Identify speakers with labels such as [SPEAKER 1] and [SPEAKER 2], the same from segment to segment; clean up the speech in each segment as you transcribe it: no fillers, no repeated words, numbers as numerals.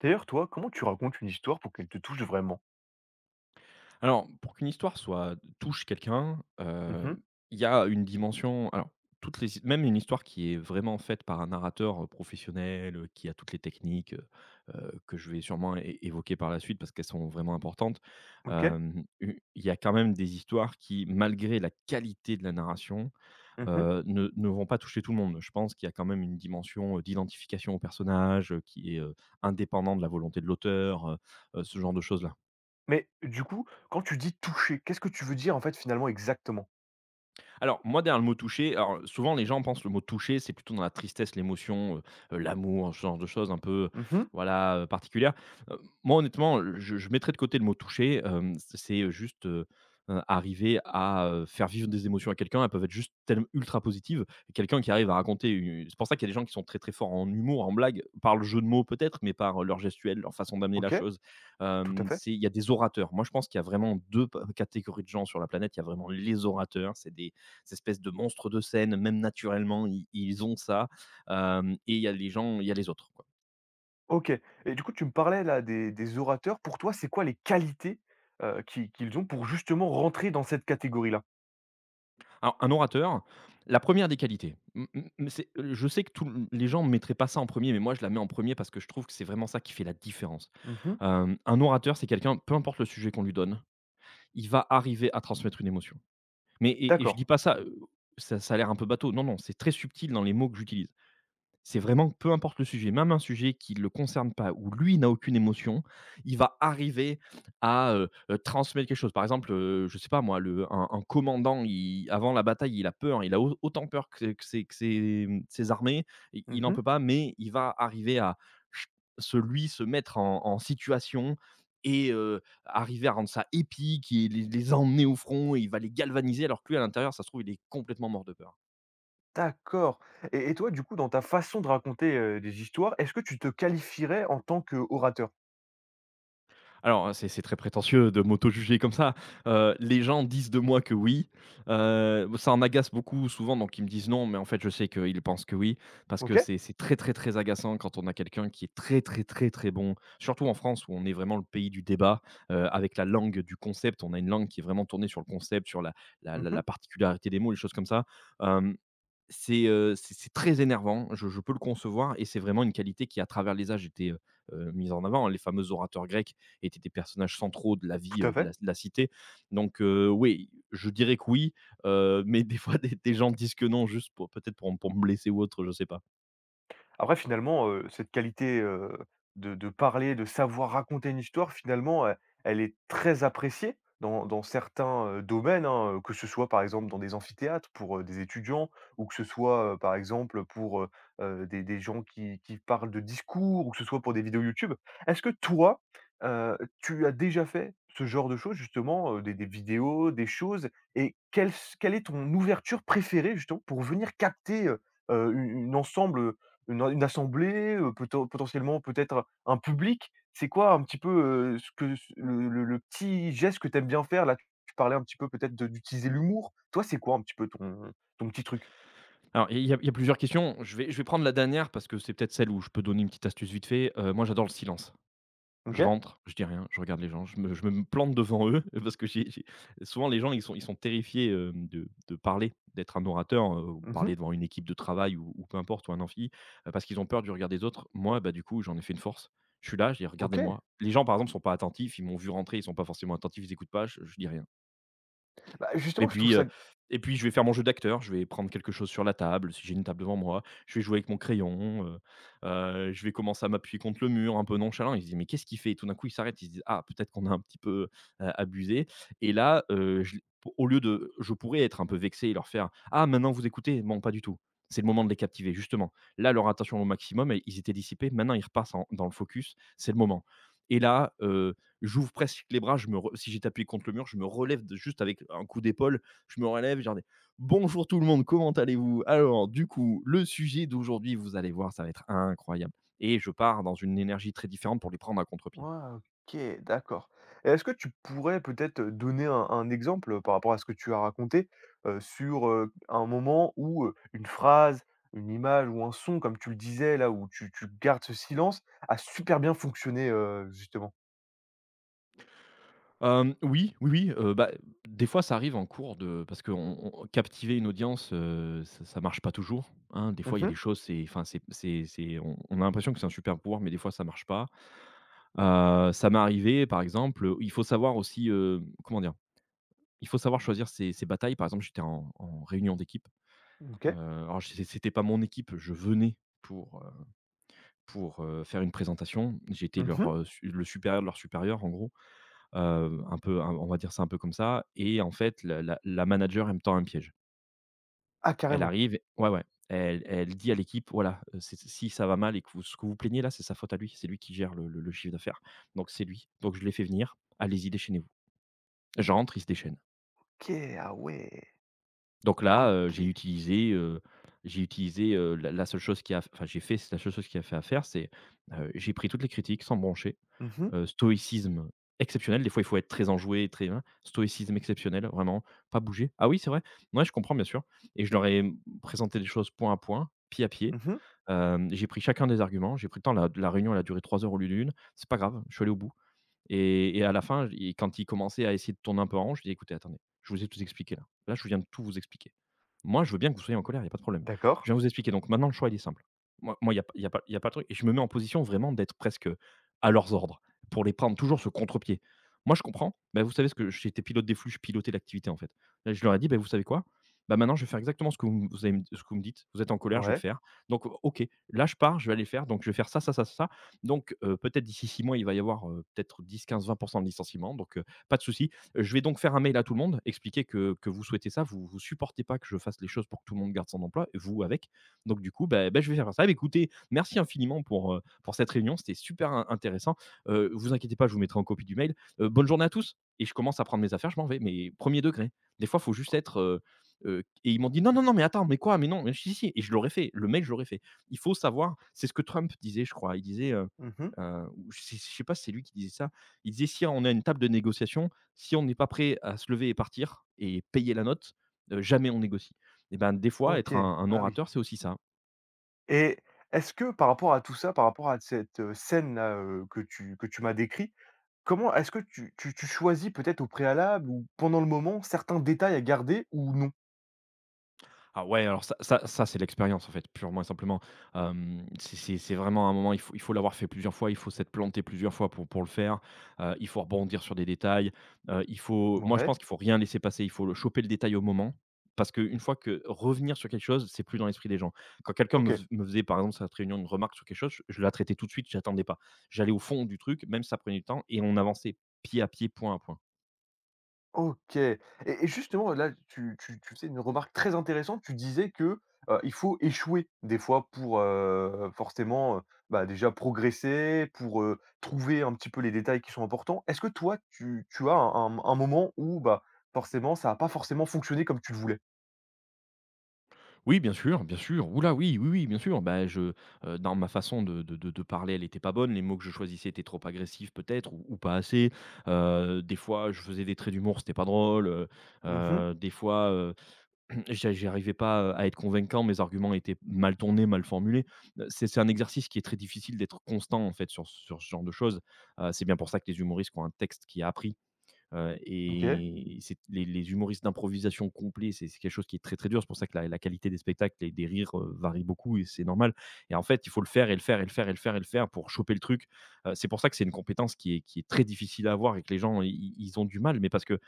[SPEAKER 1] D'ailleurs, toi, comment tu racontes une histoire pour qu'elle te touche vraiment?
[SPEAKER 2] Alors, pour qu'une histoire soit touche quelqu'un,
[SPEAKER 1] Mmh.
[SPEAKER 2] il y a une dimension alors toutes les même une histoire qui est vraiment faite par un narrateur, professionnel, qui a toutes les techniques, que je vais sûrement é évoquer par la suite parce qu'elles sont vraiment importantes.
[SPEAKER 1] OK.
[SPEAKER 2] Hem, u Il y a quand même des histoires qui, malgré la qualité de la narration,
[SPEAKER 1] Mmh.
[SPEAKER 2] ne vont pas toucher tout le monde. Je pense qu'il y a quand même une dimension, d'identification au personnage, qui est, indépendante de la volonté de l'auteur, ce genre de choses-là.
[SPEAKER 1] Mais du coup, quand tu dis toucher, qu'est-ce que tu veux dire, en fait, finalement, exactement?
[SPEAKER 2] Alors, moi, derrière le mot toucher, alors souvent les gens pensent le mot toucher, c'est plutôt dans la tristesse, l'émotion, l'amour, ce genre de choses un peu,
[SPEAKER 1] Mmh.
[SPEAKER 2] voilà, particulières. Heu, Moi, honnêtement, je mettrais de côté le mot toucher, c'est juste, arriver à, faire vivre des émotions à quelqu'un. Elles peuvent être juste tellement ultra positives. Et quelqu'un qui arrive à raconter u c'est pour ça qu'il y a des gens qui sont très, très forts en humour, en blague, par le jeu de mots peut-être, mais par leur gestuelle, leur façon d'amener la
[SPEAKER 1] OK,
[SPEAKER 2] chose.
[SPEAKER 1] tout à fait.
[SPEAKER 2] C'est il y a des orateurs. Moi, je pense qu'il y a vraiment 2 p catégories de gens sur la planète. Il y a vraiment les orateurs, c'est des cette espèce de monstre de scène, même naturellement, ils ont ça. Et il y a les gens, il y a les autres. Quoi.
[SPEAKER 1] OK, et du coup, tu me parlais là des orateurs. Pour toi, c'est quoi les qualités, qui qu'ils ont pour justement rentrer dans cette catégorie-là?
[SPEAKER 2] Alors, un orateur, la première des qualités. C'est- Je sais que les gens ne mettraient pas ça en premier, mais moi, je la mets en premier parce que je trouve que c'est vraiment ça qui fait la différence.
[SPEAKER 1] Mmh.
[SPEAKER 2] Un orateur, c'est quelqu'un, peu importe le sujet qu'on lui donne, il va arriver à transmettre une émotion. Mais et je
[SPEAKER 1] D'accord.
[SPEAKER 2] dis pas ça, ça, ça a l'air un peu bateau. Non, non, c'est très subtil dans les mots que j'utilise. C'est vraiment peu importe le sujet, même un sujet qui ne le concerne pas, où lui n'a aucune émotion, il va arriver à, transmettre quelque chose. Par exemple, je sais pas moi, le un commandant, il avant la bataille, il a peur, hein. Il a au autant peur que ses que ses, mmh, ses armées, i il n'en
[SPEAKER 1] Mmh.
[SPEAKER 2] peut pas, mais il va arriver à ch- se lui, se mettre en situation et arriver à rendre ça épique et les emmener au front et il va les galvaniser alors que lui, à l'intérieur, ça se trouve, il est complètement mort de peur. Hein.
[SPEAKER 1] D'accord, et toi, du coup, dans ta façon de raconter, des histoires, est-ce que tu te qualifierais en tant qu'orateur?
[SPEAKER 2] Alors, hein, c'est très prétentieux de m'auto-juger comme ça. Les gens disent de moi que oui, ça en agace beaucoup souvent, donc ils me disent non, mais en fait, je sais qu'ils pensent que oui, parce que
[SPEAKER 1] OK.
[SPEAKER 2] c'est très, très, très agaçant quand on a quelqu'un qui est très, très, très, très bon, surtout en France où on est vraiment le pays du débat, avec la langue du concept. On a une langue qui est vraiment tournée sur le concept, sur la la
[SPEAKER 1] Mmh.
[SPEAKER 2] particularité des mots, les choses comme ça. Euh, c'est, c'est très énervant, je peux le concevoir et c'est vraiment une qualité qui à travers les âges était, mise en avant. Hein. Les fameux orateurs grecs étaient des personnages centraux de la vie,
[SPEAKER 1] Tout à fait.
[SPEAKER 2] de la cité. Donc oui, je dirais que oui, mais des fois des gens disent que non juste pour peut-être pour me blesser ou autre, je sais pas.
[SPEAKER 1] Après finalement, cette qualité, de parler, de savoir raconter une histoire finalement, elle est très appréciée dans dans certains, domaines, hein, que ce soit par exemple dans des amphithéâtres pour, des étudiants ou que ce soit, par exemple pour, des gens qui parlent de discours ou que ce soit pour des vidéos YouTube. Est-ce que toi, tu as déjà fait ce genre de choses justement, des vidéos, des choses, et quelle est ton ouverture préférée justement pour venir capter, u une ensemble, une assemblée, peut potentiellement peut-être un public? C'est quoi un petit peu, ce que ce le petit geste que tu aimes bien faire là? Tu parlais un petit peu peut-être de d'utiliser l'humour. Toi, c'est quoi un petit peu ton ton petit truc?
[SPEAKER 2] Alors il y a plusieurs questions, je vais prendre la dernière parce que c'est peut-être celle où je peux donner une petite astuce vite fait. Moi j'adore le silence. Je
[SPEAKER 1] OK.
[SPEAKER 2] rentre, je dis rien, je regarde les gens, je me plante devant eux parce que j'ai souvent les gens, ils sont terrifiés, de parler, d'être un orateur, ou
[SPEAKER 1] Mmh.
[SPEAKER 2] parler devant une équipe de travail ou peu importe ou un amphi, parce qu'ils ont peur du regard des autres. Moi, bah, du coup, j'en ai fait une force. Je suis là, je dis:
[SPEAKER 1] OK.
[SPEAKER 2] «Regardez-moi». Les gens, par exemple, sont pas attentifs, ils m'ont vu rentrer, ils sont pas forcément attentifs, ils écoutent pas, je dis rien.
[SPEAKER 1] Bah,
[SPEAKER 2] Et
[SPEAKER 1] justement, je trouve
[SPEAKER 2] puis, heu
[SPEAKER 1] ça...
[SPEAKER 2] et puis je vais faire mon jeu d'acteur, je vais prendre quelque chose sur la table, si j'ai une table devant moi, je vais jouer avec mon crayon, je vais commencer à m'appuyer contre le mur un peu nonchalant. Il se dit: «Mais qu'est-ce qu'il fait?» Et tout d'un coup, il s'arrête, il se dit: «Ah, peut-être qu'on a un petit peu, abusé». Et là, je au lieu de je pourrais être un peu vexé et leur faire: «Ah maintenant vous écoutez?» Non, pas du tout. C'est le moment de les captiver justement. Là, leur attention au maximum et ils étaient dissipés. Maintenant, ils repassent en dans le focus, c'est le moment et là, j'ouvre presque les bras, je me re si j'étais appuyé contre le mur, je me relève de juste avec un coup d'épaule, je me relève, j'en ai: «Bonjour tout le monde, comment allez-vous? Alors du coup, le sujet d'aujourd'hui, vous allez voir, ça va être incroyable». Et je pars dans une énergie très différente pour les prendre à contre-pied.
[SPEAKER 1] Ouais, OK, d'accord. Et est-ce que tu pourrais peut-être donner un exemple, par rapport à ce que tu as raconté, sur, un moment où, une phrase, une image ou un son, comme tu le disais là, où tu tu gardes ce silence, a super bien fonctionné, justement?
[SPEAKER 2] Oui, oui, oui, bah, des fois ça arrive en cours de parce que captiver une audience, ça marche pas toujours, hein. Des fois il y a des
[SPEAKER 1] Mmh.
[SPEAKER 2] choses, c'est enfin c'est on a l'impression que c'est un super pouvoir, mais des fois ça marche pas. Ça m'est arrivé par exemple, il faut savoir aussi, comment dire? Il faut savoir choisir ses batailles. Par exemple, j'étais en réunion d'équipe,
[SPEAKER 1] OK.
[SPEAKER 2] alors j'é c'était pas mon équipe, je venais pour, faire une présentation. J'étais leur,
[SPEAKER 1] Mmh.
[SPEAKER 2] su le supérieur de leur supérieur en gros. Un peu un on va dire ça un peu comme ça et en fait la manager, elle me tend un piège.
[SPEAKER 1] Ah
[SPEAKER 2] Elle
[SPEAKER 1] carrément.
[SPEAKER 2] arrive ouais, ouais, elle dit à l'équipe: «Voilà, si ça va mal et que vous ce que vous plaignez là, c'est sa faute à lui, c'est lui qui gère le chiffre d'affaires, donc c'est lui. Donc je l'ai fait venir, allez-y, déchaînez-vous». J'entre, il se déchaîne.
[SPEAKER 1] OK, ah ouais.
[SPEAKER 2] Donc là,
[SPEAKER 1] OK.
[SPEAKER 2] j'ai utilisé, la seule chose qui a enfin j'ai fait c'est la seule chose qui a fait à faire, c'est, j'ai pris toutes les critiques sans me broncher.
[SPEAKER 1] Mmh mh.
[SPEAKER 2] Stoïcisme exceptionnel. Des fois, il faut être très enjoué, très hein, stoïcisme exceptionnel, vraiment, pas bouger. Ah oui, c'est vrai. Ouais, je comprends bien sûr, et je leur ai, mmh, présenté les choses point à point, pied à pied.
[SPEAKER 1] Mmh.
[SPEAKER 2] J'ai pris chacun des arguments, j'ai pris le temps, la réunion, elle a duré 3 heures au lieu d'une. C'est pas grave, je suis allé au bout et à la fin, j et quand ils commençaient à essayer de tourner un peu en rond, je dis: «Écoutez, attendez, je vous ai tout expliqué là. Là, je viens de tout vous expliquer. Moi, je veux bien que vous soyez en colère, il y a pas de problème.
[SPEAKER 1] D'accord.
[SPEAKER 2] Je viens vous expliquer, donc maintenant le choix il est simple». Moi il y a pas il y a pas il y a pas de truc et je me mets en position vraiment d'être presque, à leurs ordres pour les prendre toujours ce contre-pied. Moi je comprends, bah, vous savez ce que j'étais pilote des flux, je pilotais l'activité en fait. Là je leur ai dit: «Bah, vous savez quoi? Bah, maintenant je vais faire exactement ce que vous vous allez me ce que vous me dites. Vous êtes en colère, je vais le
[SPEAKER 1] Ouais.
[SPEAKER 2] faire. Donc OK, là je pars, je vais aller le faire, donc je vais faire ça, ça, ça, ça. Ça. Donc peut-être d'ici 6 mois, il va y avoir, peut être 10, 15, 20% de licenciements, donc pas de souci. Je vais donc faire un mail à tout le monde, expliquer que vous souhaitez ça, vous ne supportez pas que je fasse les choses pour que tout le monde garde son emploi, vous avec. Donc du coup, bah, bah, je vais faire ça. Bah, écoutez, merci infiniment pour cette réunion, c'était super intéressant. Vous inquiétez pas, je vous mettrai en copie du mail. Bonne journée à tous. Et je commence à prendre mes affaires, je m'en vais, mais premier degré. Des fois, il faut juste être, et ils m'ont dit: «Non, non, non, mais attends, mais quoi? Mais non, mais si, si, si», et je l'aurais fait, le mail, je l'aurais fait. Il faut savoir, c'est ce que Trump disait, je crois. Il disait,
[SPEAKER 1] Mmh.
[SPEAKER 2] ou je sais pas si c'est lui qui disait ça, il disait: si on a une table de négociation, si on n'est pas prêt à se lever et partir et payer la note, jamais on négocie. Et ben, des fois, être
[SPEAKER 1] OK.
[SPEAKER 2] un
[SPEAKER 1] Ah oui.
[SPEAKER 2] orateur, c'est aussi ça.
[SPEAKER 1] Et est-ce que par rapport à tout ça, par rapport à cette, scène là, que tu m'as décrit, comment est-ce que tu tu tu choisis peut-être au préalable ou pendant le moment certains détails à garder ou non?
[SPEAKER 2] Ah ouais, alors ça, c'est l'expérience, en fait, purement et simplement. Hem, c'est vraiment un moment, il faut l'avoir fait plusieurs fois, il faut s'être planté plusieurs fois pour le faire. Il faut rebondir sur des détails. Il faut Moi, je
[SPEAKER 1] Ouais,
[SPEAKER 2] pense qu'il faut rien laisser passer. Il faut le choper, le détail, au moment, parce qu'une fois que, revenir sur quelque chose, c'est plus dans l'esprit des gens. Quand quelqu'un
[SPEAKER 1] OK.
[SPEAKER 2] me faisait, par exemple, cette réunion, une remarque sur quelque chose, je la traitais tout de suite, j'attendais pas. J'allais au fond du truc, même si ça prenait du temps, et on avançait pied à pied, point à point.
[SPEAKER 1] OK, et justement là tu tu tu faisais une remarque très intéressante. Tu disais que, il faut échouer des fois pour, forcément, bah, déjà progresser, pour, trouver un petit peu les détails qui sont importants. Est-ce que toi tu tu as un moment où, bah, forcément ça a pas forcément fonctionné comme tu le voulais?
[SPEAKER 2] Oui, bien sûr, bien sûr. Oula, oui, oui, oui, bien sûr. Bah, dans ma façon de parler, elle n'était pas bonne. Les mots que je choisissais étaient trop agressifs peut-être, ou pas assez. Des fois, je faisais des traits d'humour, c'était pas drôle.
[SPEAKER 1] Mmh.
[SPEAKER 2] Des fois, j'arrivais pas, à être convaincant, mes arguments étaient mal tournés, mal formulés. C'est un exercice qui est très difficile d'être constant, en fait, sur ce genre de choses. C'est bien pour ça que les humoristes qui ont un texte qui est appris.
[SPEAKER 1] OK.
[SPEAKER 2] Et c'est les humoristes d'improvisation complets, c'est quelque chose qui est très, très dur. C'est pour ça que la qualité des spectacles et des rires, varie beaucoup, et c'est normal. Et en fait, il faut le faire et le faire et le faire et le faire et le faire pour choper le truc. C'est pour ça que c'est une compétence qui est très difficile à avoir, et que les gens, i i ils ont du mal, mais parce que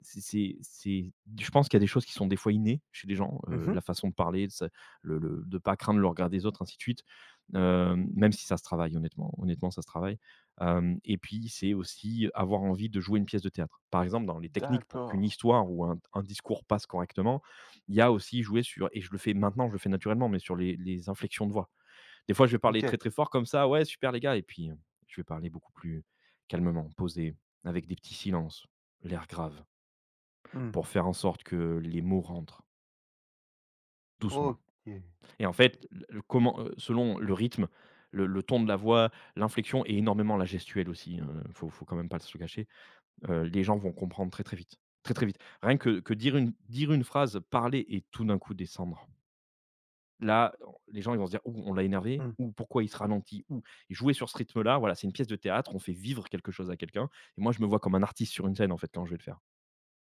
[SPEAKER 2] c'est je pense qu'il y a des choses qui sont des fois innées chez les gens,
[SPEAKER 1] Mmh.
[SPEAKER 2] la façon de parler, de ne pas craindre le regard des autres, ainsi de suite. Même si ça se travaille, honnêtement. Honnêtement, ça se travaille. Hem Et puis, c'est aussi avoir envie de jouer une pièce de théâtre. Par exemple, dans les techniques pour qu'une
[SPEAKER 1] D'accord.
[SPEAKER 2] histoire ou un discours passe correctement, il y a aussi jouer sur, et je le fais maintenant, je le fais naturellement, mais sur les inflexions de voix. Des fois, je vais parler
[SPEAKER 1] OK.
[SPEAKER 2] très, très fort, comme ça: «Ouais, super les gars», et puis, je vais parler beaucoup plus calmement, posé, avec des petits silences, l'air grave,
[SPEAKER 1] Mmh.
[SPEAKER 2] pour faire en sorte que les mots rentrent
[SPEAKER 1] OK.
[SPEAKER 2] doucement. Et en
[SPEAKER 1] OK.
[SPEAKER 2] fait, le comment, selon le rythme, le ton de la voix, l'inflexion, et énormément la gestuelle aussi, faut quand même pas se le cacher. Les gens vont comprendre très, très vite. Très, très vite. Rien que dire une phrase, parler, et tout d'un coup descendre. Là, on les gens ils vont se dire: «Ouh, on l'a énervé,
[SPEAKER 1] Mmh.
[SPEAKER 2] ou pourquoi il se ralentit? Ouh». Jouer sur ce rythme-là, voilà, c'est une pièce de théâtre, on fait vivre quelque chose à quelqu'un, et moi je me vois comme un artiste sur une scène, en fait, quand je vais le faire.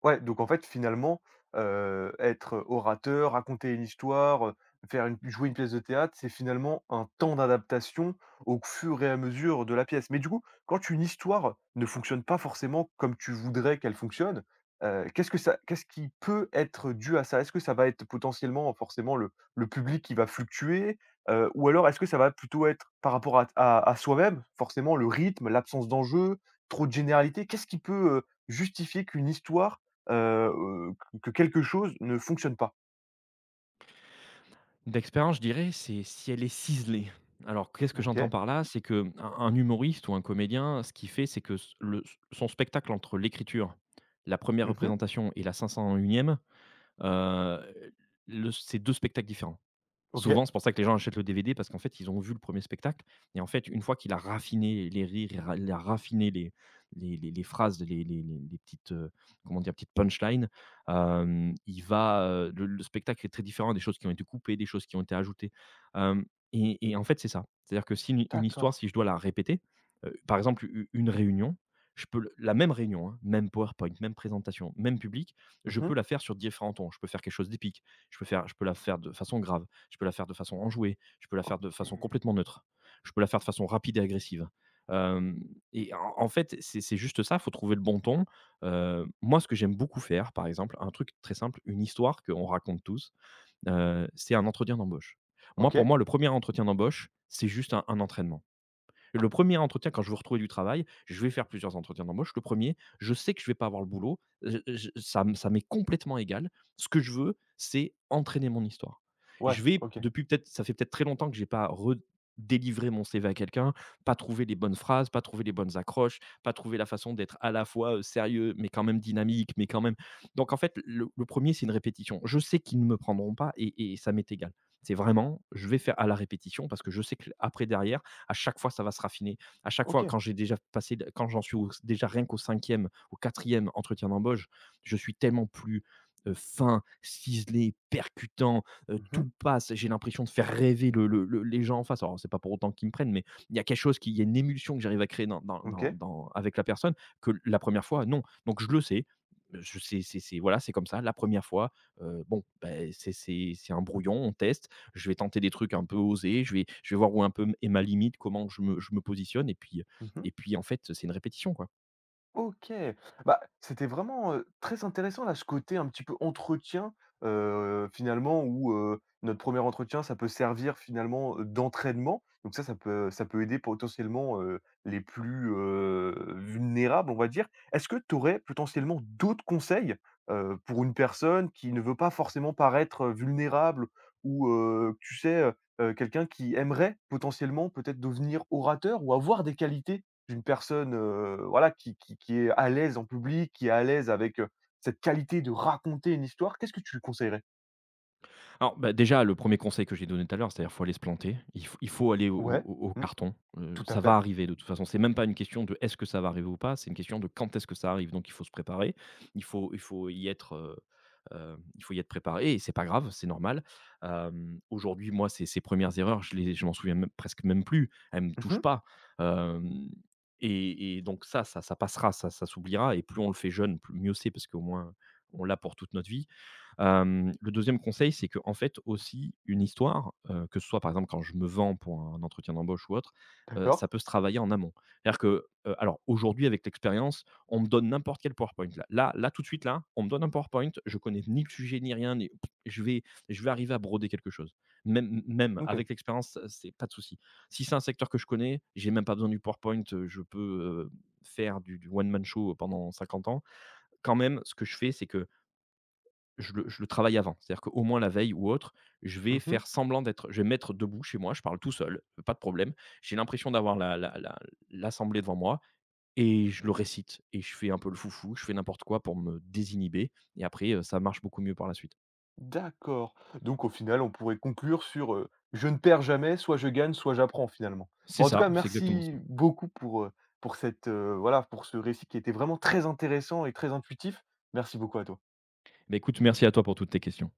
[SPEAKER 1] Ouais, donc en fait, finalement, être orateur, raconter une histoire, faire une jouer une pièce de théâtre, c'est finalement un temps d'adaptation au fur et à mesure de la pièce. Mais du coup, quand une histoire ne fonctionne pas forcément comme tu voudrais qu'elle fonctionne, qu'est-ce que ça qu'est-ce qui peut être dû à ça? Est-ce que ça va être potentiellement, forcément, le public qui va fluctuer? Ou alors est-ce que ça va plutôt être par rapport à soi-même? Forcément, le rythme, l'absence d'enjeu, trop de généralité... Qu'est-ce qui peut, justifier qu'une histoire que quelque chose ne fonctionne pas.
[SPEAKER 2] D'expérience, je dirais, c'est si elle est ciselée. Alors, qu'est-ce que j'entends
[SPEAKER 1] OK.
[SPEAKER 2] par là? C'est que un humoriste ou un comédien, ce qu'il fait, c'est que s le son spectacle, entre l'écriture, la première
[SPEAKER 1] Mmh.
[SPEAKER 2] représentation et la 501e. Heu, le C'est 2 spectacles différents.
[SPEAKER 1] OK.
[SPEAKER 2] Souvent, c'est pour ça que les gens achètent le DVD, parce qu'en fait, ils ont vu le premier spectacle, et en fait, une fois qu'il a raffiné les rires, il a raffiné les phrases, les petites, comment dire? Petites punchlines. Il va, le spectacle est très différent, des choses qui ont été coupées, des choses qui ont été ajoutées. Hem Et en fait, c'est ça. C'est-à-dire que si une
[SPEAKER 1] D'accord.
[SPEAKER 2] histoire, si je dois la répéter, par exemple, u une réunion, je peux le la même réunion, hein, même PowerPoint, même présentation, même public, je peux
[SPEAKER 1] Mmh.
[SPEAKER 2] la faire sur différents tons. Je peux faire quelque chose d'épique, je peux la faire de façon grave, je peux la faire de façon enjouée, je peux la faire de
[SPEAKER 1] OK.
[SPEAKER 2] façon complètement neutre, je peux la faire de façon rapide et agressive. Hem, et en fait, c'est juste ça. Il faut trouver le bon ton. Moi, ce que j'aime beaucoup faire, par exemple, un truc très simple, une histoire qu'on raconte tous, c'est un entretien d'embauche. Moi, pour
[SPEAKER 1] OK.
[SPEAKER 2] moi, le premier entretien d'embauche, c'est juste un entraînement. Le premier entretien, quand je veux retrouver du travail, je vais faire plusieurs entretiens d'embauche. Le premier, je sais que je vais pas avoir le boulot. Je Ça m'est complètement égal. Ce que je veux, c'est entraîner mon histoire.
[SPEAKER 1] Ouais,
[SPEAKER 2] Je vais
[SPEAKER 1] OK.
[SPEAKER 2] Depuis peut-être, ça fait peut-être très longtemps que j'ai pas redélivré mon CV à quelqu'un, pas trouvé les bonnes phrases, pas trouvé les bonnes accroches, pas trouvé la façon d'être à la fois, sérieux, mais quand même dynamique, mais quand même, donc en fait, le 1, c'est une répétition. Je sais qu'ils ne me prendront pas, et ça m'est égal. C'est vraiment, je vais faire à la répétition, parce que je sais qu'après, derrière, à chaque fois, ça va se raffiner. À chaque fois,
[SPEAKER 1] OK.
[SPEAKER 2] quand j'en suis déjà rien qu'au cinquième, au quatrième entretien d'embauche, je suis tellement plus fin, ciselé, percutant,
[SPEAKER 1] Mmh.
[SPEAKER 2] tout passe. J'ai l'impression de faire rêver les gens en face. Alors, c'est pas pour autant qu'ils me prennent, mais il y a quelque chose, il y a une émulsion que j'arrive à créer
[SPEAKER 1] OK.
[SPEAKER 2] avec la personne, que la première fois, non. Donc, je le sais. Je sais, voilà, c'est comme ça. La première fois, bon, ben, c'est un brouillon, on teste, je vais tenter des trucs un peu osés, je vais voir où un peu est ma limite, comment je me positionne, et puis
[SPEAKER 1] Mmh.
[SPEAKER 2] en fait, c'est une répétition, quoi.
[SPEAKER 1] OK. Bah, c'était vraiment, très intéressant là, ce côté un petit peu entretien, finalement où, notre premier entretien, ça peut servir finalement, d'entraînement. Donc ça, ça peut aider potentiellement, les plus, vulnérables, on va dire. Est-ce que tu aurais potentiellement d'autres conseils, pour une personne qui ne veut pas forcément paraître, vulnérable ou, tu sais, quelqu'un qui aimerait potentiellement peut-être devenir orateur ou avoir des qualités d'une personne, voilà, qui est à l'aise en public, qui est à l'aise avec, cette qualité de raconter une histoire, qu'est-ce que tu lui conseillerais?
[SPEAKER 2] Alors, bah, déjà, le premier conseil que j'ai donné tout à l'heure, c'est-à-dire faut aller se planter, il faut aller au au
[SPEAKER 1] Ouais,
[SPEAKER 2] au au
[SPEAKER 1] mmh,
[SPEAKER 2] carton,
[SPEAKER 1] tout à
[SPEAKER 2] ça va
[SPEAKER 1] fait.
[SPEAKER 2] arriver de toute façon. C'est même pas une question de: est-ce que ça va arriver ou pas? C'est une question de: quand est-ce que ça arrive? Donc il faut se préparer, il faut y être, il faut y être préparé, et c'est pas grave, c'est normal. Aujourd'hui, moi, ces 1 erreurs, je m'en souviens même presque même plus, elles me touchent
[SPEAKER 1] Mmh,
[SPEAKER 2] pas. Hem Et donc ça passera, ça s'oubliera, et plus on le fait jeune, plus mieux c'est, parce qu'au moins on l'a pour toute notre vie. Le deuxième conseil, c'est que en fait aussi une histoire, que ce soit par exemple quand je me vends pour un entretien d'embauche ou autre, ça
[SPEAKER 1] d'accord,
[SPEAKER 2] peut se travailler en amont. C'est-à-dire que, alors aujourd'hui, avec l'expérience, on me donne n'importe quel PowerPoint là. Tout de suite, là, on me donne un PowerPoint, je connais ni le sujet ni rien, ni je vais arriver à broder quelque chose. Même même
[SPEAKER 1] OK.
[SPEAKER 2] avec l'expérience, c'est pas de souci. Si c'est un secteur que je connais, j'ai même pas besoin du PowerPoint, je peux, faire du one man show pendant 50 ans. Quand même, ce que je fais, c'est que je le travaille avant. C'est-à-dire qu'au moins la veille ou autre, je vais
[SPEAKER 1] Mmh,
[SPEAKER 2] faire semblant d'être je vais me mettre debout chez moi, je parle tout seul, pas de problème. J'ai l'impression d'avoir la la la l'assemblée devant moi, et je le récite, et je fais un peu le foufou, je fais n'importe quoi pour me désinhiber, et après, ça marche beaucoup mieux par la suite.
[SPEAKER 1] d'accord. Donc au final, on pourrait conclure sur, je ne perds jamais, soit je gagne, soit j'apprends finalement.
[SPEAKER 2] C'est
[SPEAKER 1] Bon, en tout
[SPEAKER 2] ça,
[SPEAKER 1] cas,
[SPEAKER 2] c'est exactement ça.
[SPEAKER 1] merci beaucoup pour cette, voilà, pour ce récit qui était vraiment très intéressant et très intuitif. Merci beaucoup à toi.
[SPEAKER 2] Bah, écoute, merci à toi pour toutes tes questions.